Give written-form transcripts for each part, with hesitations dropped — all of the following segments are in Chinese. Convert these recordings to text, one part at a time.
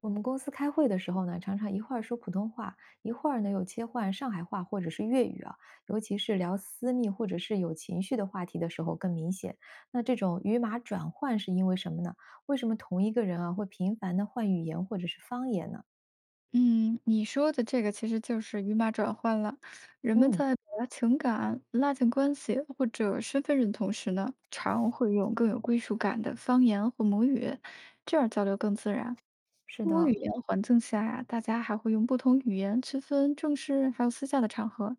我们公司开会的时候呢，常常一会儿说普通话，一会儿呢又切换上海话或者是粤语啊，尤其是聊私密或者是有情绪的话题的时候更明显。那这种语码转换是因为什么呢？为什么同一个人啊会频繁的换语言或者是方言呢？嗯，你说的这个其实就是语码转换了。人们嗯，在表达情感、拉近关系或者身份认同时呢，常会用更有归属感的方言或母语，这样交流更自然。是多语的，言环境下呀，大家还会用不同语言区分正式还有私下的场合，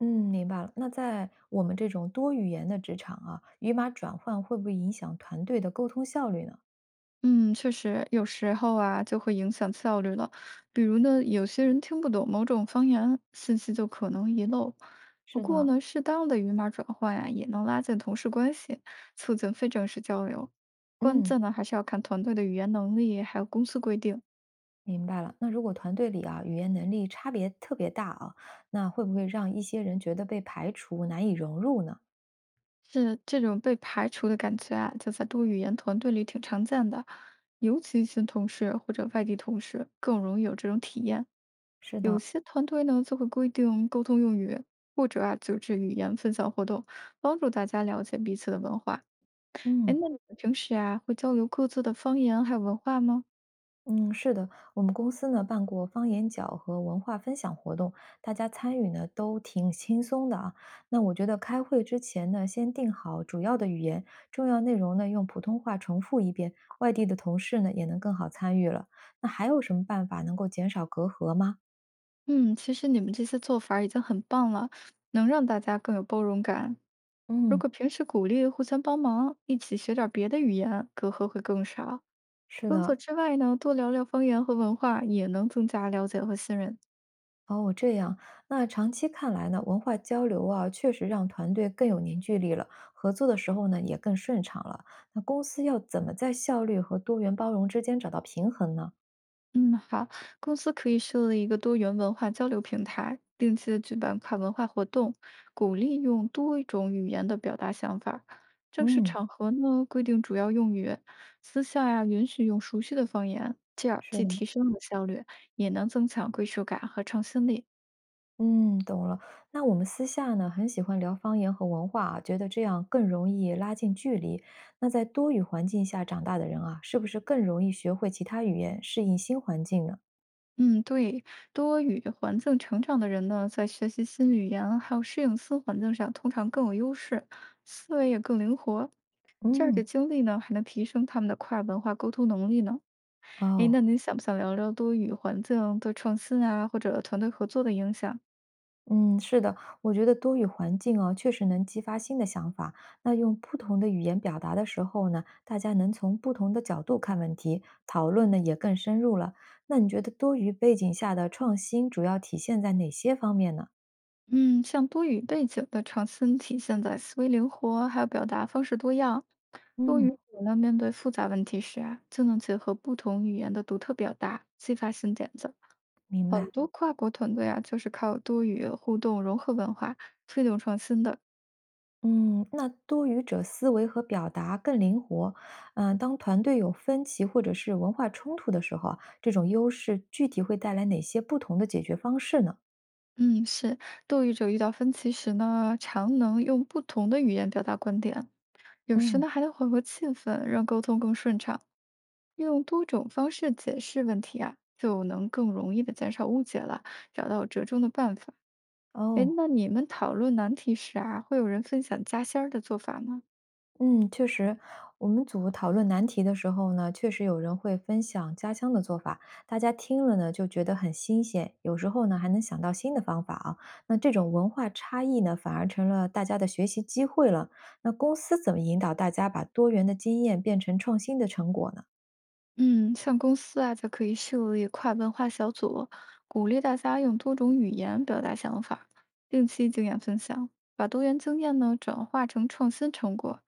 嗯，明白了。那在我们这种多语言的职场啊，语码转换会不会影响团队的沟通效率呢？嗯，确实，有时候啊就会影响效率了。比如呢，有些人听不懂某种方言，信息就可能遗漏。不是过的，呢，适当的语码转换呀、也能拉近同事关系，促进非正式交流。关嗯。键呢，还是要看团队的语言能力，还有公司规定。明白了，那如果团队里啊语言能力差别特别大啊，那会不会让一些人觉得被排除、难以融入呢？是这种被排除的感觉啊，就在多语言团队里挺常见的，尤其新同事或者外地同事更容易有这种体验。是有的，些团队呢就会规定沟通用语，或者啊组织语言分享活动，帮助大家了解彼此的文化。哎，嗯那你们平时啊会交流各自的方言还有文化吗？嗯，是的，我们公司呢办过方言角和文化分享活动，大家参与呢都挺轻松的啊。那我觉得开会之前呢，先定好主要的语言，重要内容呢用普通话重复一遍，外地的同事呢也能更好参与了。那还有什么办法能够减少隔阂吗？嗯，其实你们这些做法儿已经很棒了，能让大家更有包容感。如嗯，果平时鼓励互相帮忙，一起学点儿别的语言，隔阂会更少。是工作的，之外呢，多聊聊方言和文化，也能增加了解和信任。哦，这样，那长期看来呢，文化交流啊，确实让团队更有凝聚力了，合作的时候呢，也更顺畅了。那公司要怎么在效率和多元包容之间找到平衡呢？嗯，好，公司可以设立一个多元文化交流平台，定期的举办跨文化活动，鼓励用多种语言的表达想法儿正式嗯，场合呢，规定主要用语，私下呀、允许用熟悉的方言，这样是既的，提升了效率，也能增强归属感和创新力。嗯，懂了。那我们私下呢，很喜欢聊方言和文化啊，觉得这样更容易拉近距离。那在多语环境下长大的人啊，是不是更容易学会其他语言，适应新环境呢？嗯，对，多语环境成长的人呢，在学习新语言还有适应新环境上，通常更有优势，思维也更灵活。这样的嗯，经历呢，还能提升他们的跨文化沟通能力呢。哎，哦，那您想不想聊聊多语环境对创新啊，或者团队合作的影响？嗯，是的，我觉得多语环境哦，确实能激发新的想法。那用不同的语言表达的时候呢，大家能从不同的角度看问题，讨论呢也更深入了。那你觉得多语背景下的创新主要体现在哪些方面呢？嗯，像多语背景的创新体现在思维灵活，还有表达方式多样。多嗯，语者呢，面对复杂问题时啊，就能结合不同语言的独特表达，激发新点子。明很白。多跨国团队啊，就是靠多语互动、融合文化推动创新的。嗯，那多语者思维和表达更灵活。嗯、当团队有分歧或者是文化冲突的时候啊，这种优势具体会带来哪些不同的解决方式呢？嗯，是多语者遇到分歧时呢，常能用不同的语言表达观点，有时嗯，呢还能缓和气氛，让沟通更顺畅。用多种方式解释问题啊，就能更容易的减少误解了，找到折中的办法。哎，哦。那你们讨论难题时啊，会有人分享加仙儿的做法吗？嗯，确实，我们组讨论难题的时候呢，确实有人会分享家乡的做法，大家听了呢就觉得很新鲜，有时候呢还能想到新的方法啊。那这种文化差异呢，反而成了大家的学习机会了。那公司怎么引导大家把多元的经验变成创新的成果呢？嗯，像公司啊，就可以设立跨文化小组，鼓励大家用多种语言表达想法，定期经验分享，把多元经验呢转化成创新成果。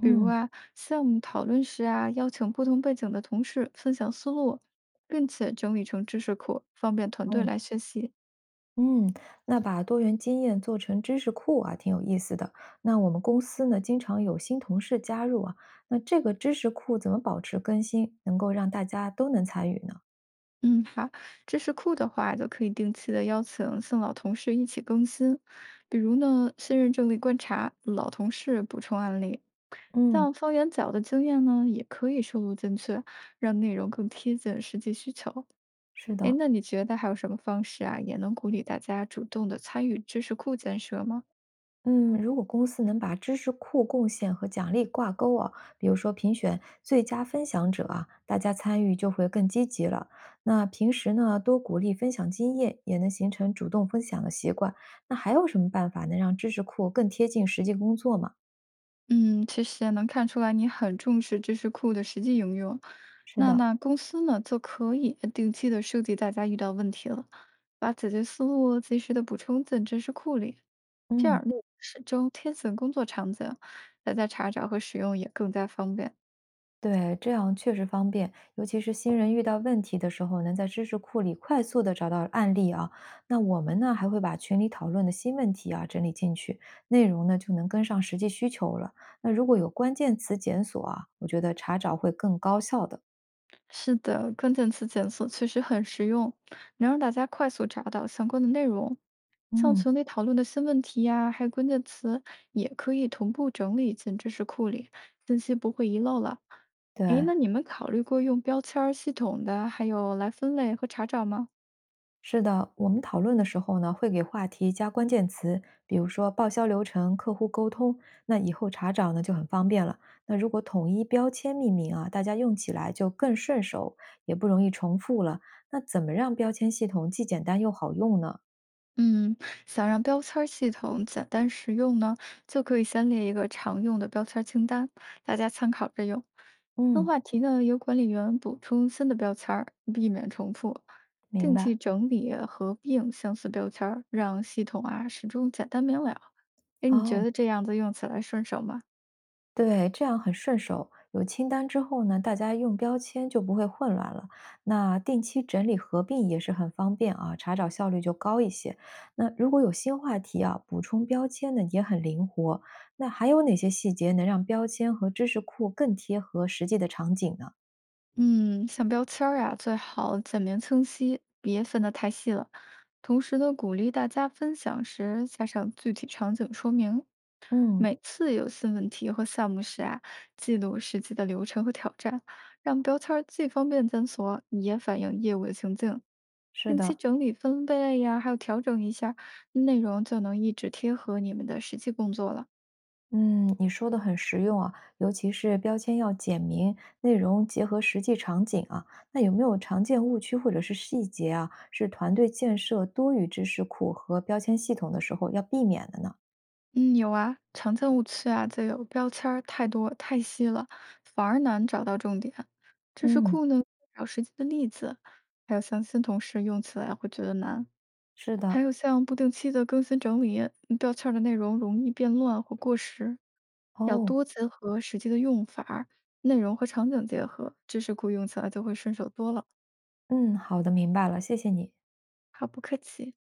比如啊，项目讨论时啊，邀请不同背景的同事分享思路，并且整理成知识库，方便团队哦，来学习。嗯，那把多元经验做成知识库啊，挺有意思的。那我们公司呢，经常有新同事加入啊，那这个知识库怎么保持更新，能够让大家都能参与呢？嗯，好，知识库的话，就可以定期的邀请新老同事一起更新，比如呢，新人正例观察，老同事补充案例，嗯，像方圆角的经验呢，也可以收录进去，让内容更贴近实际需求。是诶，的。那你觉得还有什么方式啊，也能鼓励大家主动的参与知识库建设吗？嗯，如果公司能把知识库贡献和奖励挂钩啊，比如说评选最佳分享者啊，大家参与就会更积极了。那平时呢，多鼓励分享经验，也能形成主动分享的习惯。那还有什么办法能让知识库更贴近实际工作吗？嗯，其实也能看出来你很重视知识库的实际应用。是那的，那公司呢，就可以定期的收集大家遇到问题了，把解决思路及时的补充进知识库里，这样嗯，内容适中，贴近工作场景，大家查找和使用也更加方便。对，这样确实方便，尤其是新人遇到问题的时候，能在知识库里快速的找到案例啊。那我们呢，还会把群里讨论的新问题啊整理进去，内容呢就能跟上实际需求了。那如果有关键词检索啊，我觉得查找会更高效的。是的，关键词检索确实很实用，能让大家快速查到相关的内容。像嗯，群里讨论的新问题呀、还有关键词，也可以同步整理进知识库里，信息不会遗漏了。诶，对。那你们考虑过用标签儿系统的，还有来分类和查找吗？是的，我们讨论的时候呢，会给话题加关键词，比如说报销流程、客户沟通，那以后查找呢就很方便了。那如果统一标签命名啊，大家用起来就更顺手，也不容易重复了。那怎么让标签系统既简单又好用呢？嗯，想让标签儿系统简单实用呢，就可以先列一个常用的标签儿清单，大家参考着用。分嗯，话题呢，由管理员补充新的标签儿，避免重复。明定期白。整理合并相似标签儿，让系统啊始终简单明了。哎，你哦，觉得这样子用起来顺手吗？对，这样很顺手。有清单之后呢，大家用标签就不会混乱了。那定期整理合并也是很方便啊，查找效率就高一些。那如果有新话题啊，补充标签呢也很灵活。那还有哪些细节能让标签和知识库更贴合实际的场景呢？嗯，像标签儿啊，最好简明清晰，别分得太细了。同时呢，鼓励大家分享时加上具体场景说明。嗯，每次有新问题或项目时啊，记录实际的流程和挑战，让标签儿既方便检索，也反映业务的情境。是定期的。整理分类呀，还有调整一下内容，就能一直贴合你们的实际工作了。嗯，你说的很实用啊，尤其是标签要简明，内容结合实际场景啊。那有没有常见误区或者是细节啊，是团队建设多语知识库和标签系统的时候要避免的呢？嗯，有啊，常见误区啊，就有标签儿太多太细了，反而难找到重点。知识嗯，库呢，找实际的例子，还有像新同事用起来会觉得难。是的，还有像不定期的更新整理，标签儿的内容容易变乱或过时，要多哦，结合实际的用法儿内容和场景结合，知识库用起来就会顺手多了。嗯，好的，明白了，谢谢你。好，不客气。